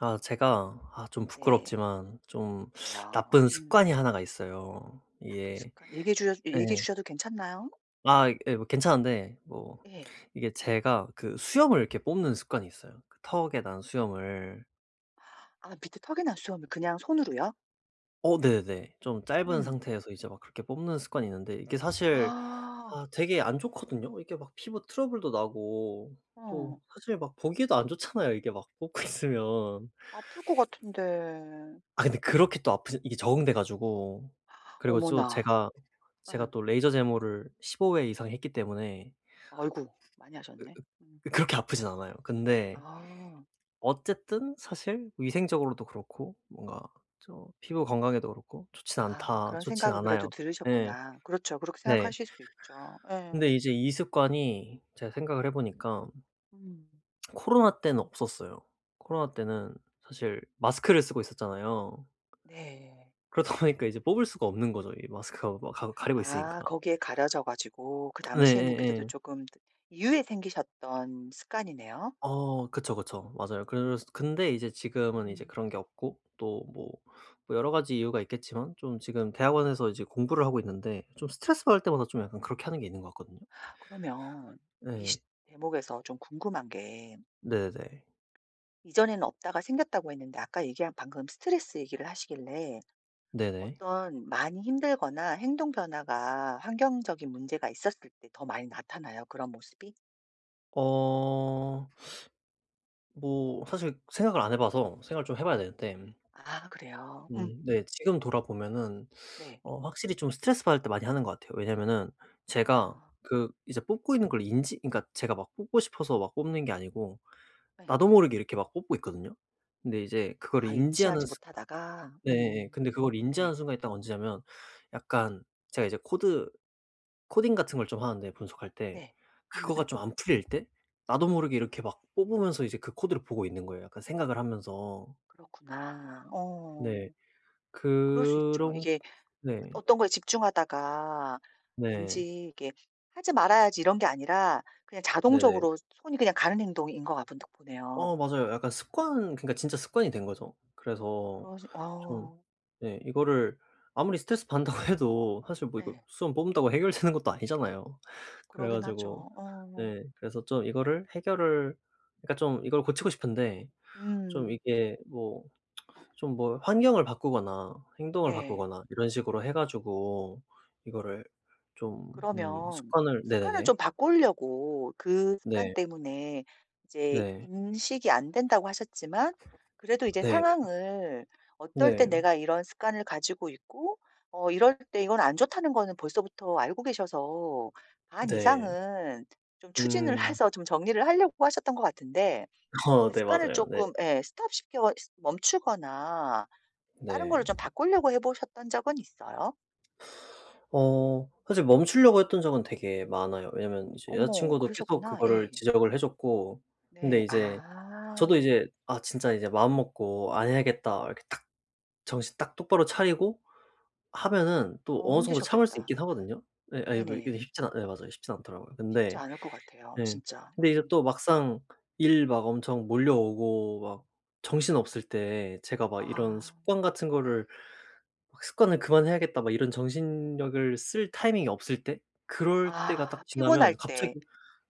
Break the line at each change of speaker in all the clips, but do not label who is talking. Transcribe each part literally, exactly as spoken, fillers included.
아 제가 아 좀
네.
부끄럽지만 좀
왜요?
나쁜
음.
습관이 하나가 있어요.
나쁜
이게
습관. 얘기해 주셔
예.
얘기해 주셔도 괜찮나요?
아 예 뭐 괜찮은데 뭐
예.
이게 제가 그 수염을 이렇게 뽑는 습관이 있어요. 그 턱에 난 수염을.
아 밑에 턱이나 수염을 그냥 손으로요?
어 네네. 좀 짧은
음.
상태에서 이제 막 그렇게 뽑는 습관이 있는데 이게 사실
아.
아 되게 안 좋거든요. 이게 막 피부 트러블도 나고 또
어.
사실 막 보기에도 안 좋잖아요, 이게 막 뽑고 있으면.
아플 것 같은데.
아 근데 그렇게 또 아프지 이게 적응돼 가지고, 그리고 또
어머나.
제가
예.
제가 또 레이저 제모를 십오 회 이상 했기 때문에
아이고 많이 하셨네. 음.
그 그렇게 아프진 않아요. 근데
아.
어쨌든 사실 뭐 위생적으로도 그렇고 뭔가 저 피부 건강에도 그렇고 좋진
아
않다
그런
좋진
생각을 그래도
않아요. 예.
들으셨구나. 그렇죠. 그렇게
네.
생각하실 수 있죠. 예.
근데 이제 이 습관이 제가 생각을 해 보니까
음.
코로나 때는 없었어요. 코로나 때는 사실 마스크를 쓰고 있었잖아요.
네.
그러다 보니까 이제 뽑을 수가 없는 거죠. 이 마스크가 막 가 가리고
아
있으니까.
거기에 가려져 가지고 그
네
당시에는 그래도
예예.
조금 이유에 생기셨던 습관이네요.
어 그쵸, 그쵸. 맞아요. 그래서 근데 이제 지금은 이제
음.
그런 게 없고 또 뭐, 뭐 여러 가지 이유가 있겠지만 좀 지금 대학원에서 이제 공부를 하고 있는데 좀 스트레스 받을 때마다 좀 약간 그렇게 하는 게 있는 것 같거든요.
그러면 이 시
네.
대목에서 좀 궁금한 게
네네네.
이전에는 없다가 생겼다고 했는데 아까 얘기한 방금 스트레스 얘기를 하시길래
네네.
어떤 많이 힘들거나 행동 변화가 환경적인 문제가 있었을 때 더 많이 나타나요, 그런 모습이?
어 뭐 사실 생각을 안 해 봐서 생각을 좀 해 봐야 되는데
아 그래요. 음
음 네 지금 돌아보면은
네.
어 확실히 좀 스트레스 받을 때 많이 하는 것 같아요. 왜냐면은
아
제가 그
음
이제 뽑고 있는 걸 인지, 그러니까 제가 막 뽑고 싶어서 막 뽑는 게 아니고
네.
나도 모르게 이렇게 막 뽑고 있거든요. 근데 이제 그거를
아
인지하는
인지하지
순
못하다가
네. 네, 네.
음음.
근데 그걸 인지하는
네.
순간에 딱 언제냐면 약간 제가 이제 코드 코딩 같은 걸 좀 하는데 분석할 때
네.
그거가
음음.
좀 안 풀릴 때 나도 모르게 이렇게 막 뽑으면서 이제 그 코드를 보고 있는 거예요, 약간 생각을 하면서.
그렇구나. 어.
네.
그럴 수 있죠.
그런
이게
네.
어떤 거에 집중하다가
네.
왠지 이게 '하지 말아야지.' 이런 게 아니라 그냥
네네.
자동적으로 손이 그냥 가는 행동인 것 같은 듯
어
보네요.
맞아요. 약간 습관, 그러니까 진짜 습관이 된 거죠. 그래서
그러시
좀
어.
네 이거를 아무리 스트레스 받는다고 해도 사실 뭐 이거
예.
수험 뽑는다고 해결되는 것도 아니잖아요. 그래
그러긴
가지고
하죠. 어.
네 그래서 좀 이거를 해결을 그러니까 좀 이걸 고치고 싶은데 좀
음.
이게 뭐 좀 뭐 환경을 바꾸거나 행동을
네.
바꾸거나 이런 식으로 해 가지고 이거를 좀 음
그러면
습관을
습관을 좀
네네네.
바꾸려고 그 습관
네.
때문에 이제
네.
인식이 안 된다고 하셨지만 그래도 이제
네.
상황을 어떨 때
네.
내가 이런 습관을 가지고 있고 어 이럴 때 이건 안 좋다는 거는 벌써부터 알고 계셔서 반
네.
이상은 좀 추진을
음.
해서 좀 정리를 하려고 하셨던 것 같은데
어
그
네
습관을
맞아요. 네.
조금 예 스톱시켜 멈추거나 다른 걸로
네.
좀 바꾸려고 해 보셨던 적은 있어요?
어 사실 멈추려고 했던 적은 되게 많아요. 왜냐면 이제 여자
어머
친구도 계속
그러셨구나.
그거를
예.
지적을 해 줬고
네.
근데 이제 저도
아.
이제 '아 진짜 이제 마음 먹고 안 해야겠다.' 이렇게 딱 정신 딱 똑바로 차리고 하면은 또
어우
어느 정도 참을 수
힘드셨겠다.
있긴
예.
하거든요. 예 아이 뭐 이게
네네.
쉽진 않 예 맞아요. 쉽진 않더라고요.
쉽지
근데
않을 것 같아요
네.
진짜.
근데 이제
음.
또 막상 일 막 엄청 몰려오고 막 정신없을 때 제가 막 이런
아.
습관 같은 거를 막 '습관을 그만해야겠다.' 막 이런 정신력을 쓸 타이밍이 없을 때 그럴 때가
아
딱 지나면
피곤할 때
갑자기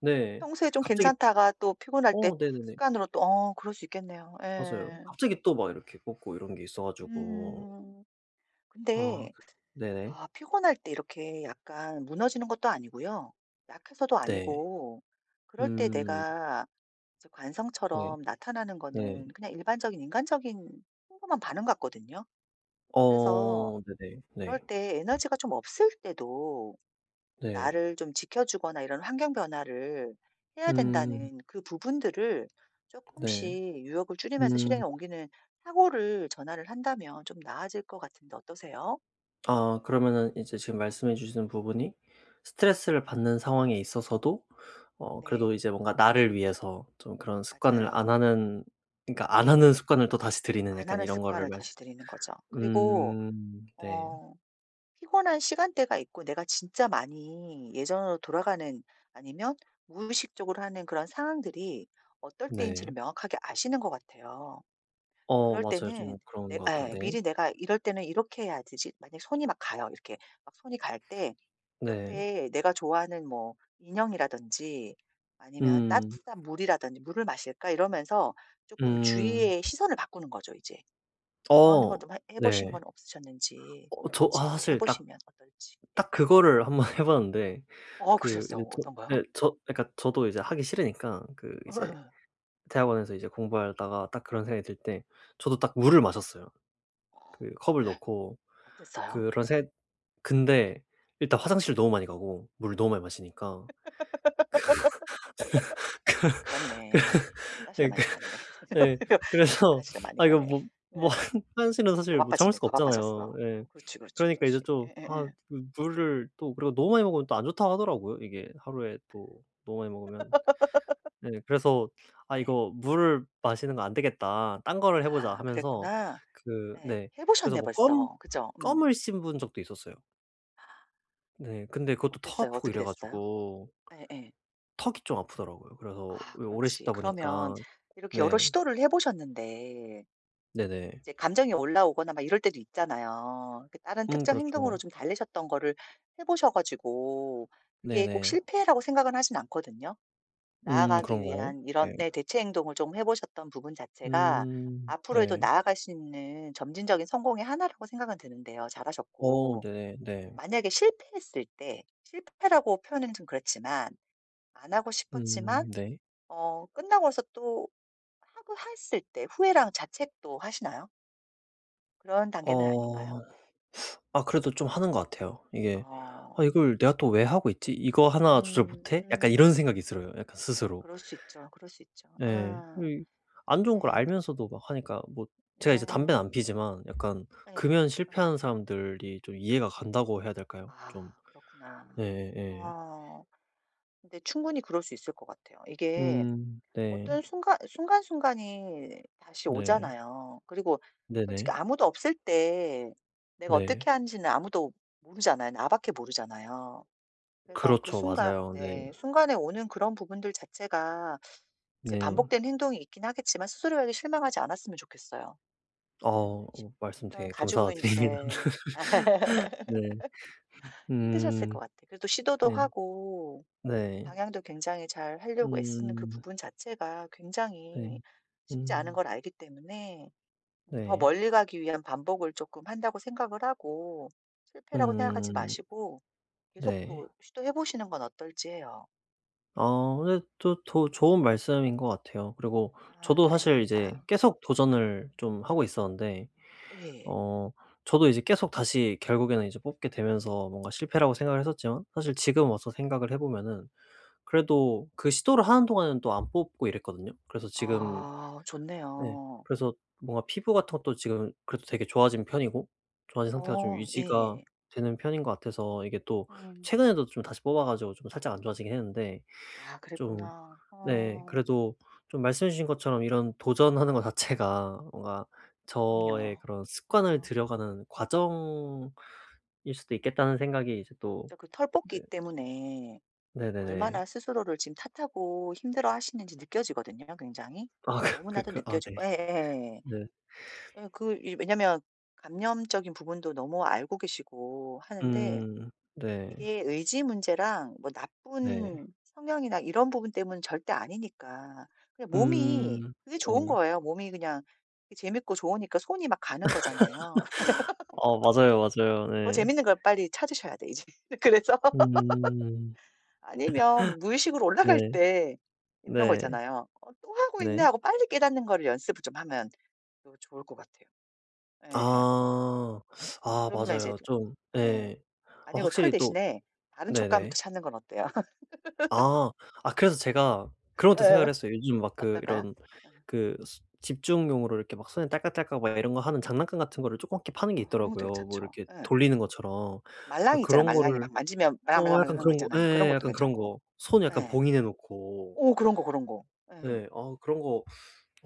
네.
평소에 좀
갑자기
괜찮다가 또 피곤할 때
어
탁
네네네.
습관으로 또 어 그럴 수 있겠네요.
맞아요.
예.
갑자기 또 막 이렇게 꽂고 이런 게 있어 가지고.
음.
아
근데
그 네네.
아 피곤할 때 이렇게 약간 무너지는 것도 아니고요. 약해서도
네.
아니고 그럴 때
음.
내가 이제
네.
관성처럼 나타나는
네.
거는 그냥 일반적인 인간적인 평범한 반응 같거든요. 그래서
어 네네.
그럴
네.
때 에너지가 좀 없을 때도
네.
나를 좀 지켜주거나 이런 환경 변화를 해야
음.
된다는 그 부분들을 조금씩
네.
유혹을 줄이면서 실행에
음.
옮기는 사고를 전환을 한다면 좀 나아질 것 같은데 어떠세요?
아 그러면은 이제 지금 말씀해 주시는 부분이 스트레스를 받는 상황에 있어서도 어 그래도
네.
이제 뭔가 나를 위해서 좀 그런 습관을
맞아요.
안 하는, 그러니까 안 하는
네.
습관을 또 다시 들이는
안
약간
하는
이런 거를
습관을
말씀
다시 들이는 거죠. 그리고
음 네.
어 피곤한 시간대가 있고 내가 진짜 많이 예전으로 돌아가는 아니면 무의식적으로 하는 그런 상황들이 어떨
네.
때인지를 명확하게 아시는 것 같아요.
어
그럴
맞아요.
때는
좀 그런
내
것 같아요.
예.
네.
미리 내가 이럴 때는 이렇게 해야지 지 만약에 손이 막 가요. 이렇게 막 손이 갈 때
네.
옆에 내가 좋아하는 뭐 인형이라든지 아니면
음.
따뜻한 물이라든지 '물을 마실까?' 이러면서 조금
음.
주위의 시선을 바꾸는 거죠 이제. 그런
어
걸 좀 해
네.
보신 건 없으셨는지
어 저
어떤지
아
또 해
사실 딱
보시면 어떨지. 예.
딱 그거를 한번 해 봤는데
어
그
그러셨어요?
이제 저
어떤 거요?
예 저 그러니까 저도 이제 하기 싫으니까 그 이제 대학원에서 이제 공부하다가 딱 그런 생각이 들 때 저도 딱 물을 마셨어요.
어
그 컵을
네.
넣고
어땠어요?
그런 생 근데 일단 화장실을 너무 많이 가고 물을 너무 많이 마시니까
그렇네. 화 장실에
예 그
많이 갔네.
예
화
그래서
장실에 많이
아 이거
가네.
뭐 뭐
예.
화장실은
더
사실 뭐 참을
바빠지네.
수가
더
없잖아요.
바빠졌어.
예.
그렇지, 그렇지,
그러니까 이제
그렇지.
좀
예예예.
아
예.
그 물을 또 그리고 너무 많이 먹으면 또 안 좋다고 하더라고요. 이게 하루에 또 너무 많이 먹으면. 네. 그래서 '아
예. 예.
이거 물을 마시는 거 안 되겠다. 딴 거를 해 보자.'
아
하면서
그랬구나.
그
예.
네.
해
그래서
보셨네
뭐 껌
벌써. 그죠? 음.
껌을 씹은 적도 있었어요. 네. 근데 그것도 턱
어땠어요?
아프고
어떻게
이래
됐어요?
가지고
예예.
턱이 좀 아프더라고요. 그래서
아
왜 오래
그렇지.
씹다
그러면
보니까
이렇게 여러
네.
시도를 해 보셨는데
네네.
이제 감정이 올라오거나 막 이럴 때도 있잖아요. 그 다른
음
특정 행동으로
그렇죠.
좀 달래셨던 거를 해 보셔 가지고 그게 꼭
네네.
실패라고 생각은 하진 않거든요.
음
나아가기
그런가요?
위한 이런
네.
네 대체 행동을 좀 해 보셨던 부분 자체가
음
앞으로에도
네.
나아갈 수 있는 점진적인 성공의 하나라고 생각은 드는데요.
어
잘하셨고.
네네 네.
만약에 실패했을 때 실패라고 표현은 좀 그렇지만 안 하고 싶었지만
음 네.
어 끝나고 서 또 하고 했을 때 후회랑 자책도 하시나요? 그런 단계는 아닌가요?
어 아 그래도 좀 하는 것 같아요. 이게
어.
'아 이걸 내가 또 왜 하고 있지? 이거 하나 조절
음
못해?' 약간
음.
이런 생각이 들어요, 약간 스스로.
그럴 수 있죠. 그럴 수 있죠.
예.
음,
이 안 좋은 걸
네,
알면서도 막 하니까 뭐 제가 이제 담배는
네.
안 피지만 약간
예.
금연
어.
실패하는 사람들이 좀 이해가 간다고 해야 될까요?
아
좀
그렇구나.
예예예.
어 근데 충분히 그럴 수 있을 것 같아요. 이게
음 네.
어떤 순간 순간순간이 다시
네.
오잖아요. 그리고 솔직히
네네.
아무도 없을 때 내가
네.
어떻게 하는지는 아무도 모르잖아요. 나밖에 모르잖아요. 그래서 그
그렇죠.
순간
맞아요. 네.
네 순간에 오는 그런 부분들 자체가 이제
네.
반복된 행동이 있긴 하겠지만 스스로에게 실망하지 않았으면 좋겠어요.
아
예. 시
어 말씀
그런
되게
가지고 있는
감사드립니다.
네.
네.
힘드셨을 것
음.
같아요. 그래도 시도도
네.
하고
네.
방향도 굉장히 잘 하려고 애쓰는 그
음.
부분 자체가 굉장히
네.
쉽지 않은
음
걸 알기 때문에 음, 더
네.
멀리 가기 위한 반복을 조금 한다고 생각을 하고 실패라고 생각하지
음
마시고 계속
네.
또 시도해 보시는 건 어떨지 해요.
아 근데 또 더 좋은 말씀인 것 같아요. 그리고
아,
저도 사실 이제
다행입니다.
계속 도전을 좀 하고 있었는데
예.
어 저도 이제 계속 다시 결국에는 이제 뽑게 되면서 뭔가 실패라고 생각을 했었지만 사실 지금 와서 생각을 해 보면은 그래도 그 시도를 하는 동안에는 또 안 뽑고 이랬거든요. 그래서 지금
아,
네.
좋네요.
그래서 뭔가 피부 같은 것도 지금 그래도 되게 좋아진 편이고 좋아진 상태가 좀
어,
유지가
예.
되는 편인 것 같아서 이게 또
음.
최근에도 좀 다시 뽑아 가지고 좀 살짝 안 좋아지긴 했는데
아,
좀
그랬구나.
네
어,
그래도 좀 말씀해 주신 것처럼 이런 도전하는 것 자체가 뭔가 저의
그럼요.
그런 습관을
음.
들여가는 과정일 수도 있겠다는 생각이 이제 또
진짜 그털 뽑기
네
때문에
네네네.
얼마나 스스로를 지금 탓하고 힘들어 하시는지 느껴지거든요, 굉장히.
아 그 그
너무나도
그 아
느껴지고,
네.
예, 예, 예.
네.
예, 그, 이- 왜냐면 감염적인 부분도 너무 알고 계시고 하는데
음. 네.
이게 의지 문제랑 뭐
네.
나쁜 성향이나 이런 부분 때문은 절대 아니니까. 그냥 몸이,
음.
그게 좋은
네.
거예요. 몸이 그냥 재밌고 좋으니까 손이 막 가는 거잖아요.
어 맞아요, 맞아요.
더
네.
재밌는 걸 빨리 찾으셔야 돼, 이제. 그래서.
음.
아니면 무의식으로 올라갈
네.
때 이런 거
네.
있잖아요. '어 또 하고 있네.'
네.
하고 빨리 깨닫는 거를 연습을 좀 하면 또 좋을 것 같아요. 예.
아. 아
그러면 이제
맞아요.
좀
좀
예.
예. 어
아니고 털
확실히 또
대신에 다른 촉감을 또
네네.
찾는 건 어때요?
아. 아 그래서 제가 그런 것도
예.
생각을 했어요. 요즘 막 그
어떤가요?
이런
예.
그 수 집중용으로 이렇게 막 손에 딸깍딸깍 막 이런 거 하는 장난감 같은 거를 조그맣게 파는 게
어 그런 것도
있더라고요. 뭐
괜찮죠.
이렇게
예.
돌리는 것처럼. 아
말랑이 있잖아요.
그런
말랑이
거를
막 만지면
어 약간
말랑말랑말랑한 거
그런 거
있잖아요. 그런
예예
것도
약간 그런
괜찮고.
거. 손 약간
예.
봉인해 놓고.
오 그런 거, 그런 거. 예.
네. 아 그런 거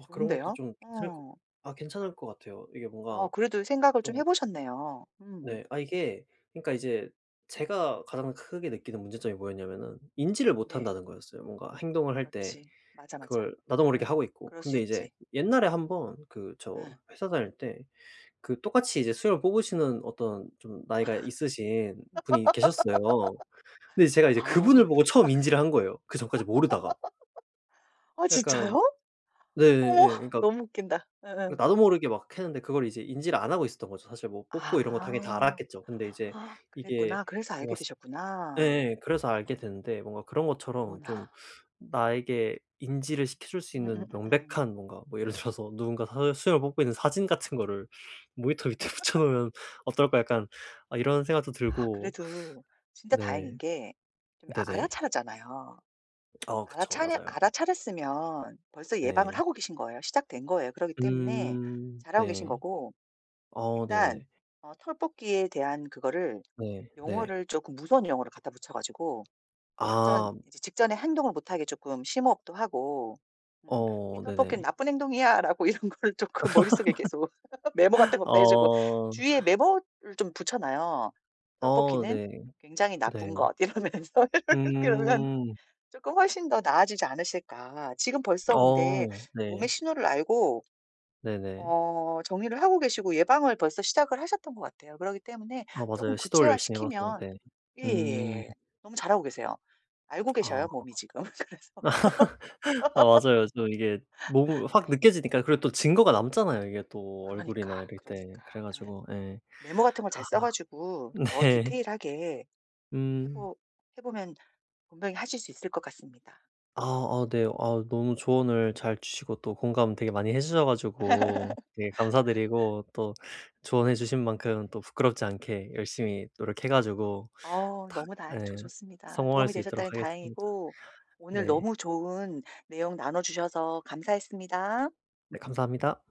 어 그런 것도 좀 괜찮을 것
어.
아 괜찮을 것 같아요. 이게
아
뭔가
그래도 생각을 좀 해
좀
보셨네요. 음.
네. 아 이게 그러니까 이제 제가 가장 크게 느끼는 문제점이 뭐였냐면은 인지를 못
네.
한다는 거였어요. 뭔가 행동을 할 때
그렇지. 맞아, 맞아.
그걸 나도 모르게
응,
하고 있고.
그럴 수
근데 이제
있지.
옛날에 한번 그 저
응.
회사 다닐 때 그 똑같이 이제 수염을 뽑으시는 어떤 좀 나이가 있으신 분이 계셨어요. 근데 제가 이제
아.
그분을 보고 처음 인지를 한 거예요, 그전까지 모르다가.
아
약간
진짜요?
네
어머
예 예. 그러니까
너무 웃긴다. 응응.
그러니까 나도 모르게 막 했는데 그걸 이제 인지를 안 하고 있었던 거죠. 사실 뭐 뽑고 이런 거 당연히 다
아.
알았겠죠. 근데 이제
아,
이게
그랬구나. 그래서 알게
뭔가 스
되셨구나.
예 그래서 알게 됐는데 뭔가 그런 것처럼 좀
어머나.
나에게 인지를 시켜줄 수 있는
음음음음음.
명백한 뭔가 뭐 예를 들어서 누군가 사 수염을 뽑고 있는 사진 같은 거를 모니터 밑에 붙여 놓으면 어떨까 약간 아 이런 생각도
아
들고
그래도 진짜 다행인
네.
게 좀 아
네네.
알아차렸잖아요.
아 그쵸.
알아차려
맞아요.
알아차렸으면 벌써 예방을
네.
하고 계신 거예요. 시작된 거예요. 그러기 때문에
음.
잘하고 계신
네.
거고
어
일단
네네네.
어 털 뽑기에 대한 그거를
네.
영어를
네.
조금 무서운 영어를 갖다 붙여 가지고 작전
아.
이제 직전에 행동을 못하게 조금 심호흡도 하고 음 "이
어
털뽑기는
네네.
나쁜 행동이야."라고 이런 걸 조금 머릿속에 계속 메모 같은 것도 해 주고
어.
주위에 메모를 좀 붙여 놔요.
어
"털뽑기는
네.
굉장히
네.
나쁜 것." 이러면서 그러면
음.
조금 훨씬 더 나아지지 않으실까. 지금 벌써 근데
어
몸의
네.
신호를 알고
네네.
어 정리를 하고 계시고 예방을 벌써 시작을 하셨던 것 같아요. 그러기 때문에
아
조
맞아요.
금
시도를 열심히 해봐서
구체화시키면
네. 음.
예예예. 너무 잘하고 계세요. 알고 계셔요,
아.
몸이 지금. 그래서
아 맞아요. 좀 이게 몸으로 확
예.
느껴지니까, 그리고 또 증거가 남잖아요, 이게 또 얼굴이나
그러니까,
이럴 때. 그래
그러니까. 예.
가지고 예.
메모 같은 걸 잘 써
아
가지고 더
네.
디테일하게 해
음.
보 해 보면 분명히 하실 수 있을 것 같습니다.
아 아 네. 아 너무 조언을 잘 주시고 또 공감 되게 많이 해 주셔 가지고 되게 감사드리고 또 조언해 주신 만큼 또 부끄럽지 않게 열심히 노력해 가지고
어
다
너무 다행 저
예.
좋습니다.
성공할
도움이
수 있도록
되셨다니
하겠습니다.
다행이고 오늘
네.
너무 좋은 내용 나눠 주셔서 감사했습니다.
네 감사합니다.